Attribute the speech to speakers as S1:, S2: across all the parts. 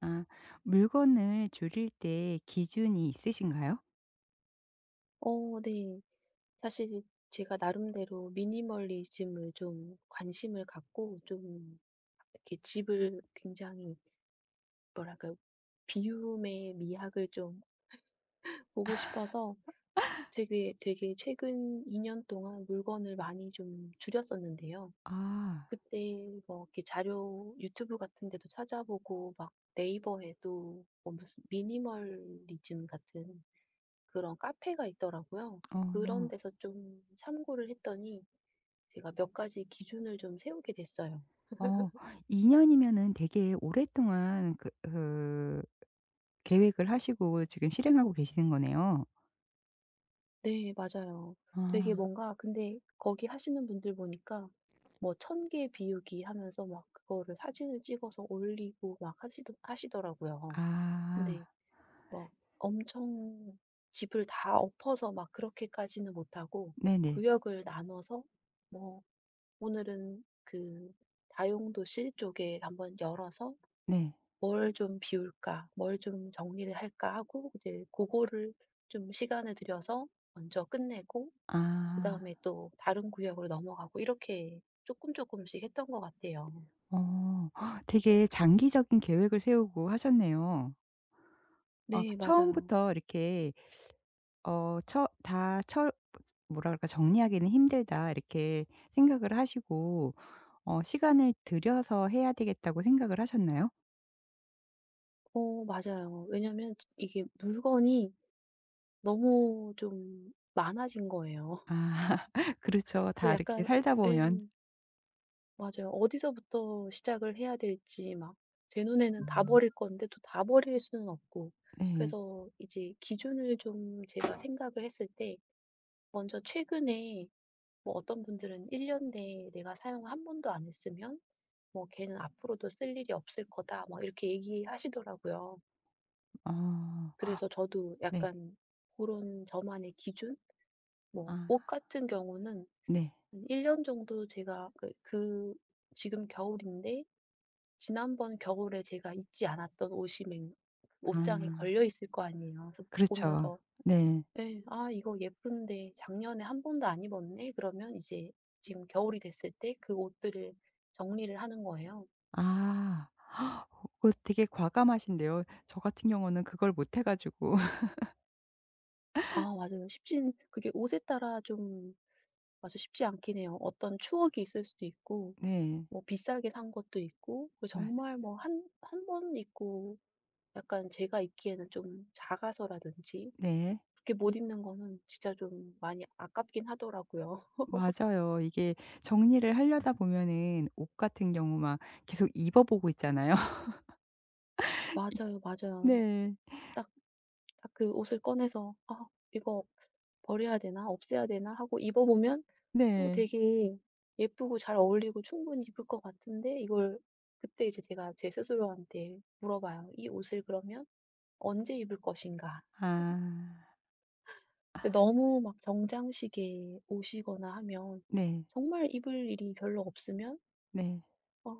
S1: 아, 물건을 줄일 때 기준이 있으신가요?
S2: 어 네. 사실 제가 나름대로 미니멀리즘을 좀 관심을 갖고 좀 이렇게 집을 굉장히 뭐랄까요? 비움의 미학을 좀 보고 싶어서 되게 되게 최근 2년 동안 물건을 많이 좀 줄였었는데요.
S1: 아.
S2: 그때 뭐 이렇게 자료 유튜브 같은 데도 찾아보고 막 네이버에도 뭐 무슨 미니멀리즘 같은 그런 카페가 있더라고요. 그래서
S1: 어.
S2: 그런 데서 좀 참고를 했더니 제가 몇 가지 기준을 좀 세우게 됐어요.
S1: 어 2 년이면은 되게 오랫동안 그 계획을 하시고 지금 실행하고 계시는 거네요.
S2: 네, 맞아요. 되게
S1: 아.
S2: 뭔가 근데 거기 하시는 분들 보니까 뭐 천개 비우기 하면서 막 그거를 사진을 찍어서 올리고 막 하시더라고요.
S1: 아.
S2: 근데 막 엄청 집을 다 엎어서 막 그렇게까지는 못하고
S1: 네네.
S2: 구역을 나눠서 뭐 오늘은 그 다용도실 쪽에 한번 열어서
S1: 네.
S2: '뭘 좀 비울까? 뭘 좀 정리를 할까?' 하고 이제 그거를 좀 시간을 들여서 먼저 끝내고
S1: 아.
S2: 그다음에 또 다른 구역으로 넘어가고 이렇게 조금 조금씩 했던 것 같아요.
S1: 어. 헉, 되게 장기적인 계획을 세우고 하셨네요.
S2: 네, 맞아요.
S1: 처음부터 이렇게 어 처 다 처 뭐라 그럴까, '정리하기는 힘들다.' 이렇게 생각을 하시고 시간을 들여서 해야 되겠다고 생각을 하셨나요?
S2: 어 맞아요. 왜냐면 이게 물건이 너무 좀 많아진 거예요.
S1: 아, 그렇죠.
S2: 그래서
S1: 다 이렇게
S2: 약간
S1: 살다
S2: 예.
S1: 보면.
S2: 맞아요. 어디서부터 시작을 해야 될지 막 제 눈에는 다 버릴 건데 또 다 버릴 수는 없고.
S1: 네.
S2: 그래서 이제 기준을 좀 제가 생각을 했을 때 먼저 최근에 뭐 어떤 분들은 1년 내에 내가 사용을 한 번도 안 했으면 뭐 "걔는 앞으로도 쓸 일이 없을 거다." 뭐 이렇게 얘기하시더라고요.
S1: 어
S2: 그래서 저도
S1: 네.
S2: 약간 그런 저만의 기준? 뭐
S1: 아
S2: 옷 같은 경우는
S1: 네.
S2: 한 1년 년 정도 제가 그 지금 겨울인데 지난번 겨울에 제가 입지 않았던 옷이 맹
S1: 아,
S2: 옷장에 걸려 있을 거 아니에요. 그래서
S1: 그렇죠.
S2: 보면서
S1: 네.
S2: 예 '아 이거 예쁜데 작년에 한 번도 안 입었네.' 그러면 이제 지금 겨울이 됐을 때 그 옷들을 정리를 하는 거예요.
S1: 아, 그거 되게 과감하신데요. 저 같은 경우는 그걸 못해 가지고
S2: 아 맞아요. 쉽진 그게 옷에 따라 좀 맞아 쉽지 않긴 해요. 어떤 추억이 있을 수도 있고
S1: 네.
S2: 뭐 비싸게 산 것도 있고 그
S1: 맞
S2: 정말 뭐 한 한 번 입고 약간 제가 입기에는 좀 작아서라든지
S1: 네.
S2: 그렇게 못 입는 거는 진짜 좀 많이 아깝긴 하더라고요.
S1: 맞아요. 이게 정리를 하려다 보면은 옷 같은 경우 막 계속 입어 보고 있잖아요.
S2: 맞아요, 맞아요.
S1: 네.
S2: 딱 딱 그 옷을 꺼내서 '아 이거 버려야 되나? 없애야 되나?' 하고 입어 보면 또
S1: 네.
S2: 되게 예쁘고 잘 어울리고 충분히 입을 것 같은데 이걸 그때 이제 제가 제 스스로한테 물어봐요. "이 옷을 그러면 언제 입을 것인가?"
S1: 아.
S2: 근데 너무 막 정장식의 옷이거나 하면
S1: 네.
S2: 정말 입을 일이 별로 없으면
S1: 네.
S2: 어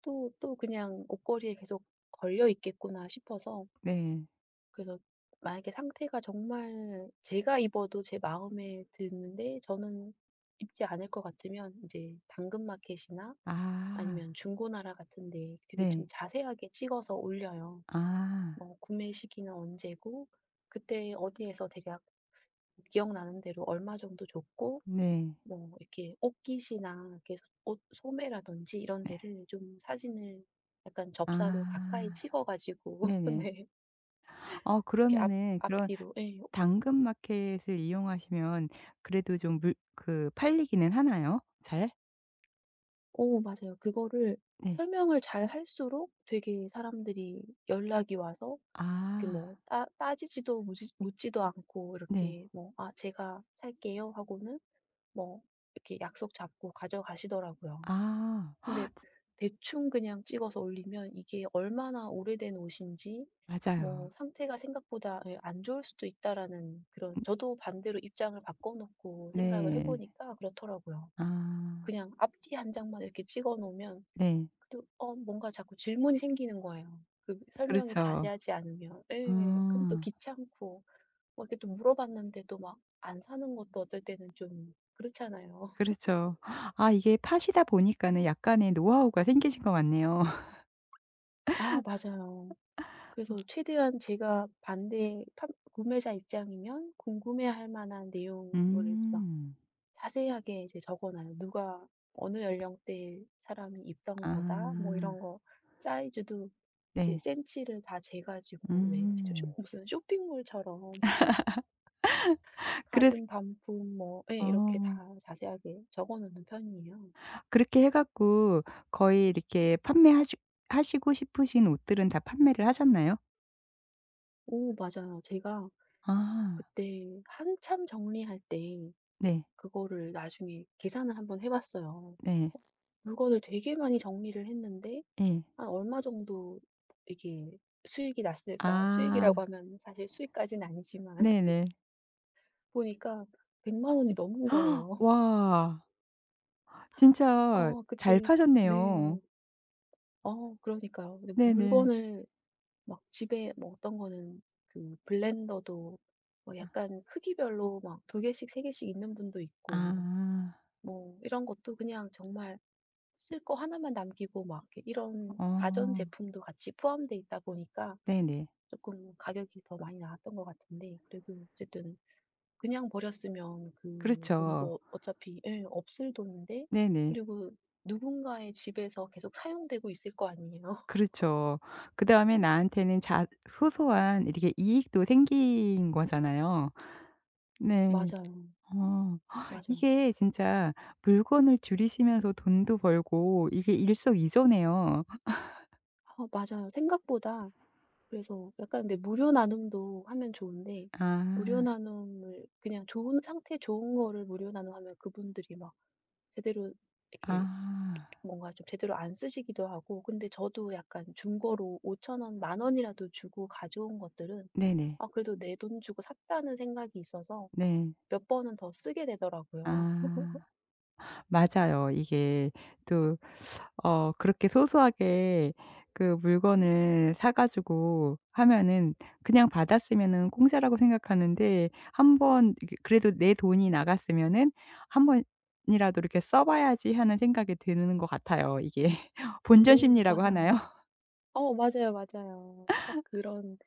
S2: 또, 또 그냥 옷걸이에 계속 걸려 있겠구나 싶어서
S1: 네.
S2: 그래서 만약에 상태가 정말 제가 입어도 제 마음에 드는데 저는 입지 않을 것 같으면 이제 당근마켓이나
S1: 아
S2: 아니면 중고나라 같은 데 되게
S1: 네.
S2: 좀 자세하게 찍어서 올려요.
S1: 아
S2: 뭐 구매 시기는 언제고 그때 어디에서 대략 기억나는 대로 얼마 정도 줬고
S1: 네.
S2: 뭐 이렇게 옷깃이나 이렇게 옷 소매라든지 이런
S1: 네.
S2: 데를 좀 사진을 약간 접사로
S1: 아
S2: 가까이 찍어 가지고
S1: 네네.
S2: 네. 이렇게 앞
S1: 그러면은 그런
S2: 앞뒤로 예.
S1: 당근마켓을 이용하시면 그래도 좀 물 그 팔리기는 하나요? 잘?
S2: 오 맞아요. 그거를
S1: 네.
S2: 설명을 잘 할수록 되게 사람들이 연락이 와서 이렇게
S1: 아
S2: 뭐 따 따지지도 무지 묻지도 않고
S1: 네.
S2: 이렇게 뭐 "아 제가 살게요." 하고는 뭐 이렇게 약속 잡고 가져가시더라고요.
S1: 아,
S2: 근데 대충 그냥 찍어서 올리면 이게 얼마나 오래된 옷인지
S1: 맞아요.
S2: 뭐 상태가 생각보다 예 안 좋을 수도 있다라는 그런, 저도 반대로 입장을 바꿔 놓고 생각을 해
S1: 네.
S2: 보니까 그렇더라고요.
S1: 아
S2: 그냥 앞뒤 한 장만 이렇게 찍어 놓으면
S1: 네.
S2: 그래도 어 뭔가 자꾸 질문이 생기는 거예요. 그 설명이
S1: 그렇죠.
S2: 자세하지 않으면.
S1: 아,
S2: 예. 그럼 또 귀찮고 뭐 이렇게 또 물어봤는데 또 막 안 사는 것도 어떨 때는 좀 그렇잖아요.
S1: 그렇죠. 아, 이게 파시다 보니까는 약간의 노하우가 생기신 것 같네요.
S2: 아 맞아요. 그래서 최대한 제가 반대 판 구매자 입장이면 궁금해할 만한 내용을 막
S1: 음.
S2: 자세하게 이제 적어 놔요. 누가 어느 연령대 사람이 입던 거다. 뭐
S1: 아
S2: 이런 거 사이즈도 이제
S1: 네.
S2: 센치를 다 재 가지고 왜 이제 쇼
S1: 음. 어.
S2: 무슨 쇼핑몰처럼
S1: 그래서
S2: 가슴 반품 뭐 예 이렇게 다
S1: 어
S2: 자세하게 적어 놓는 편이에요.
S1: 그렇게 해 갖고 거의 이렇게 판매하시 하시고 싶으신 옷들은 다 판매를 하셨나요?
S2: 오 맞아요. 제가
S1: 아.
S2: 그때 한참 정리할 때
S1: 네.
S2: 그거를 나중에 계산을 한번 해 봤어요.
S1: 네.
S2: 어 물건을 되게 많이 정리를 했는데
S1: 예.
S2: 한 얼마 정도 이게 수익이 났을까?
S1: 아.
S2: 수익이라고 하면 사실 수익까지는 아니지만
S1: 네네.
S2: 보니까 100만 원이 넘은 거예요.
S1: 와. 진짜
S2: 아
S1: 잘
S2: 그때
S1: 파셨네요.
S2: 네. 어 그러니까요. 근데
S1: 네네.
S2: 물건을 막 집에 뭐 어떤 거는 그 블렌더도 뭐 약간 크기별로 막 두 개씩 세 개씩 있는 분도 있고
S1: 아.
S2: 뭐 이런 것도 그냥 정말 쓸 거 하나만 남기고 막 이렇게 이런
S1: 어.
S2: 가전제품도 같이 포함돼 있다 보니까
S1: 네네.
S2: 조금 가격이 더 많이 나왔던 것 같은데 그래도 어쨌든 그냥 버렸으면 그
S1: 그렇죠.
S2: 돈도 어차피 예 없을 돈인데
S1: 네네.
S2: 그리고 누군가의 집에서 계속 사용되고 있을 거 아니에요.
S1: 그렇죠. 그다음에 나한테는 자 소소한 이렇게 이익도 생긴 거잖아요. 네.
S2: 맞아요.
S1: 어.
S2: 맞아요.
S1: 이게 진짜 물건을 줄이시면서 돈도 벌고 이게 일석이조네요.
S2: 아 맞아요. 생각보다 그래서 약간 근데 무료 나눔도 하면 좋은데 무료
S1: 아.
S2: 나눔을 그냥 좋은 상태 좋은 거를 무료 나눔하면 그분들이 막 제대로 이렇게
S1: 아.
S2: 뭔가 좀 제대로 안 쓰시기도 하고 근데 저도 약간 중고로 5천 원, 만 원이라도 주고 가져온 것들은
S1: 네네.
S2: 아 그래도 '내 돈 주고 샀다.'는 생각이 있어서
S1: 네.
S2: 몇 번은 더 쓰게 되더라고요.
S1: 아. 맞아요. 이게 또 그렇게 소소하게 그 물건을 사 가지고 하면은 그냥 받았으면은 공짜라고 생각하는데 한 번 이게 그래도 내 돈이 나갔으면은 한 번이라도 이렇게 써 봐야지.' 하는 생각이 드는 것 같아요. 이게 본전
S2: 오
S1: 심리라고 하나요?
S2: 맞아요. 어 맞아요, 맞아요. 딱 그런,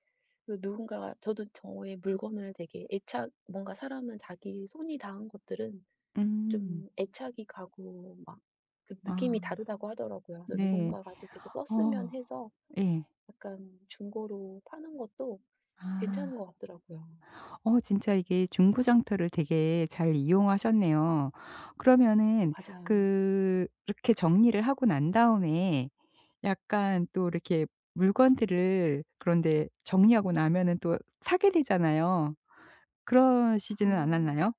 S2: 그 누군가가 저도 저의 물건을 되게 애착 뭔가 사람은 자기 손이 닿은 것들은
S1: 음.
S2: 좀 애착이 가고 막 그 느낌이
S1: 아
S2: 다르다고 하더라고요. 그래서
S1: 네.
S2: 누군가가 또 계속 썼으면
S1: 어
S2: 해서
S1: 예.
S2: 약간 중고로 파는 것도
S1: 아.
S2: 괜찮은 것 같더라고요.
S1: 진짜 이게 중고장터를 되게 잘 이용하셨네요. 그러면은
S2: 맞아요.
S1: 그렇게 정리를 하고 난 다음에 약간 또 이렇게 물건들을 그런데 정리하고 나면은 또 사게 되잖아요.
S2: 아.
S1: 그러시지는 않았나요?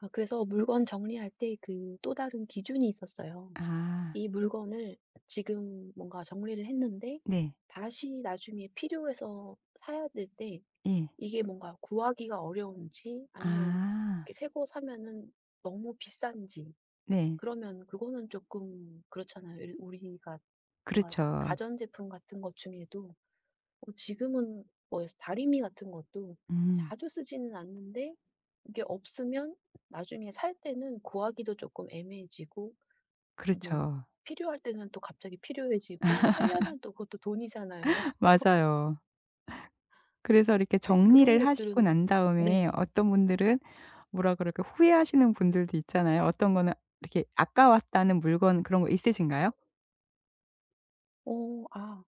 S2: 아 그래서 물건 정리할 때 그 또 다른 기준이 있었어요.
S1: 아
S2: 이 물건을 지금 뭔가 정리를 했는데
S1: 네.
S2: 다시 나중에 필요해서 사야 될 때
S1: 예.
S2: 이게 뭔가 구하기가 어려운지 아니면
S1: 아
S2: 이렇게 새 거 사면은 너무 비싼지
S1: 네.
S2: 그러면 그거는 조금 그렇잖아요. 우리가 뭔가
S1: 그렇죠.
S2: 가전제품 같은 것 중에도 어 지금은 뭐 다리미 같은 것도
S1: 음
S2: 자주 쓰지는 않는데 이게 없으면 나중에 살 때는 구하기도 조금 애매해지고 뭐
S1: 그렇죠.
S2: 필요할 때는 또 갑자기 필요해지고 살려면 또 그것도 돈이잖아요.
S1: 맞아요. 그래서 이렇게
S2: 네
S1: 정리를
S2: 그런
S1: 하시고
S2: 것들은.
S1: 난 다음에
S2: 네.
S1: 어떤 분들은 뭐라 그럴까 후회하시는 분들도 있잖아요. 어떤 거는 이렇게 아까웠다는 물건 그런 거 있으신가요?
S2: 어 아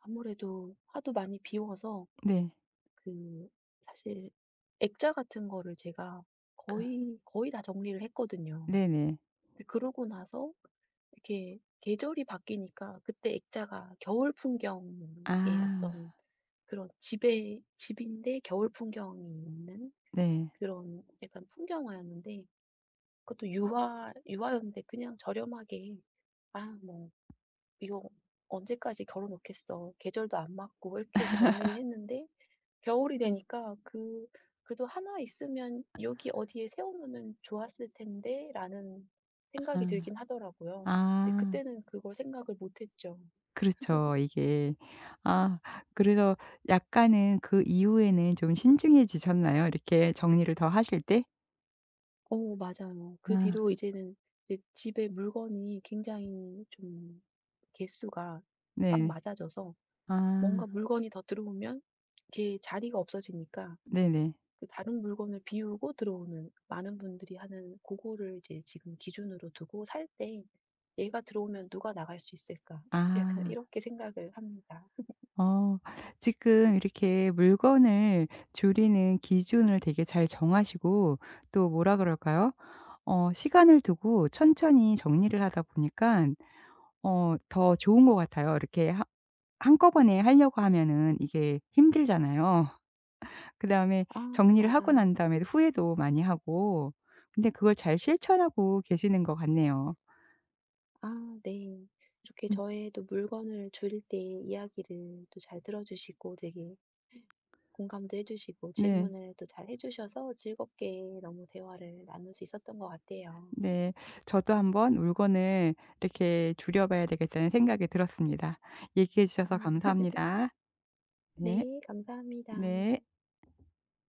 S2: 아무래도 하도 많이 비워서
S1: 네.
S2: 그 사실 액자 같은 거를 제가
S1: 아
S2: 거의 거의 다 정리를 했거든요.
S1: 네네.
S2: 근데 그러고 나서 이렇게 계절이 바뀌니까 그때 액자가 겨울
S1: 아
S2: 풍경의 어떤 그런 집에 집인데 겨울 풍경이 있는
S1: 네.
S2: 그런 약간 풍경화였는데 그것도 유화였는데 그냥 저렴하게 아뭐 이거 언제까지 걸어 놓겠어. 계절도 안 맞고 뭐 이렇게 해서 정리를 했는데 겨울이 되니까 그 그래도 '하나 있으면 여기 어디에 세워 놓으면 좋았을 텐데.'라는 생각이
S1: 아.
S2: 들긴 하더라고요. 근데
S1: 아,
S2: 그때는 그걸 생각을 못 했죠.
S1: 그렇죠. 이게 아, 그래서 약간은 그 이후에는 좀 신중해지셨나요? 이렇게 정리를 더 하실 때?
S2: 어 맞아요. 그
S1: 아
S2: 뒤로 이제는 이제 집에 물건이 굉장히 좀 개수가 딱
S1: 네.
S2: 맞아져서
S1: 아
S2: 뭔가 물건이 더 들어오면 이게 자리가 없어지니까
S1: 네네.
S2: 그 다른 물건을 비우고 들어오는 많은 분들이 하는 고거를 이제 지금 기준으로 두고 살 때 '얘가 들어오면 누가 나갈 수 있을까?' 약 약간
S1: 아.
S2: 이렇게 생각을 합니다.
S1: 어 지금 이렇게 물건을 줄이는 기준을 되게 잘 정하시고 또 뭐라 그럴까요? 시간을 두고 천천히 정리를 하다 보니까 더 좋은 것 같아요. 이렇게 하 한꺼번에 하려고 하면은 이게 힘들잖아요. 그다음에
S2: 아
S1: 정리를 하고 난
S2: 맞아요.
S1: 다음에 후회도 많이 하고 근데 그걸 잘 실천하고 계시는 것 같네요.
S2: 아 네. 이렇게
S1: 음.
S2: 저의 또 물건을 줄일 때 이야기를 또 잘 들어 주시고 되게 공감도 해 주시고
S1: 네.
S2: 질문을 또 잘 해 주셔서 즐겁게 너무 대화를 나눌 수 있었던 것 같아요.
S1: 네. 저도 한번 물건을 이렇게 줄여 봐야 되겠다는 생각이 들었습니다. 얘기해
S2: 아
S1: 주셔서 감사합니다. 네.
S2: 네 감사합니다.
S1: 네.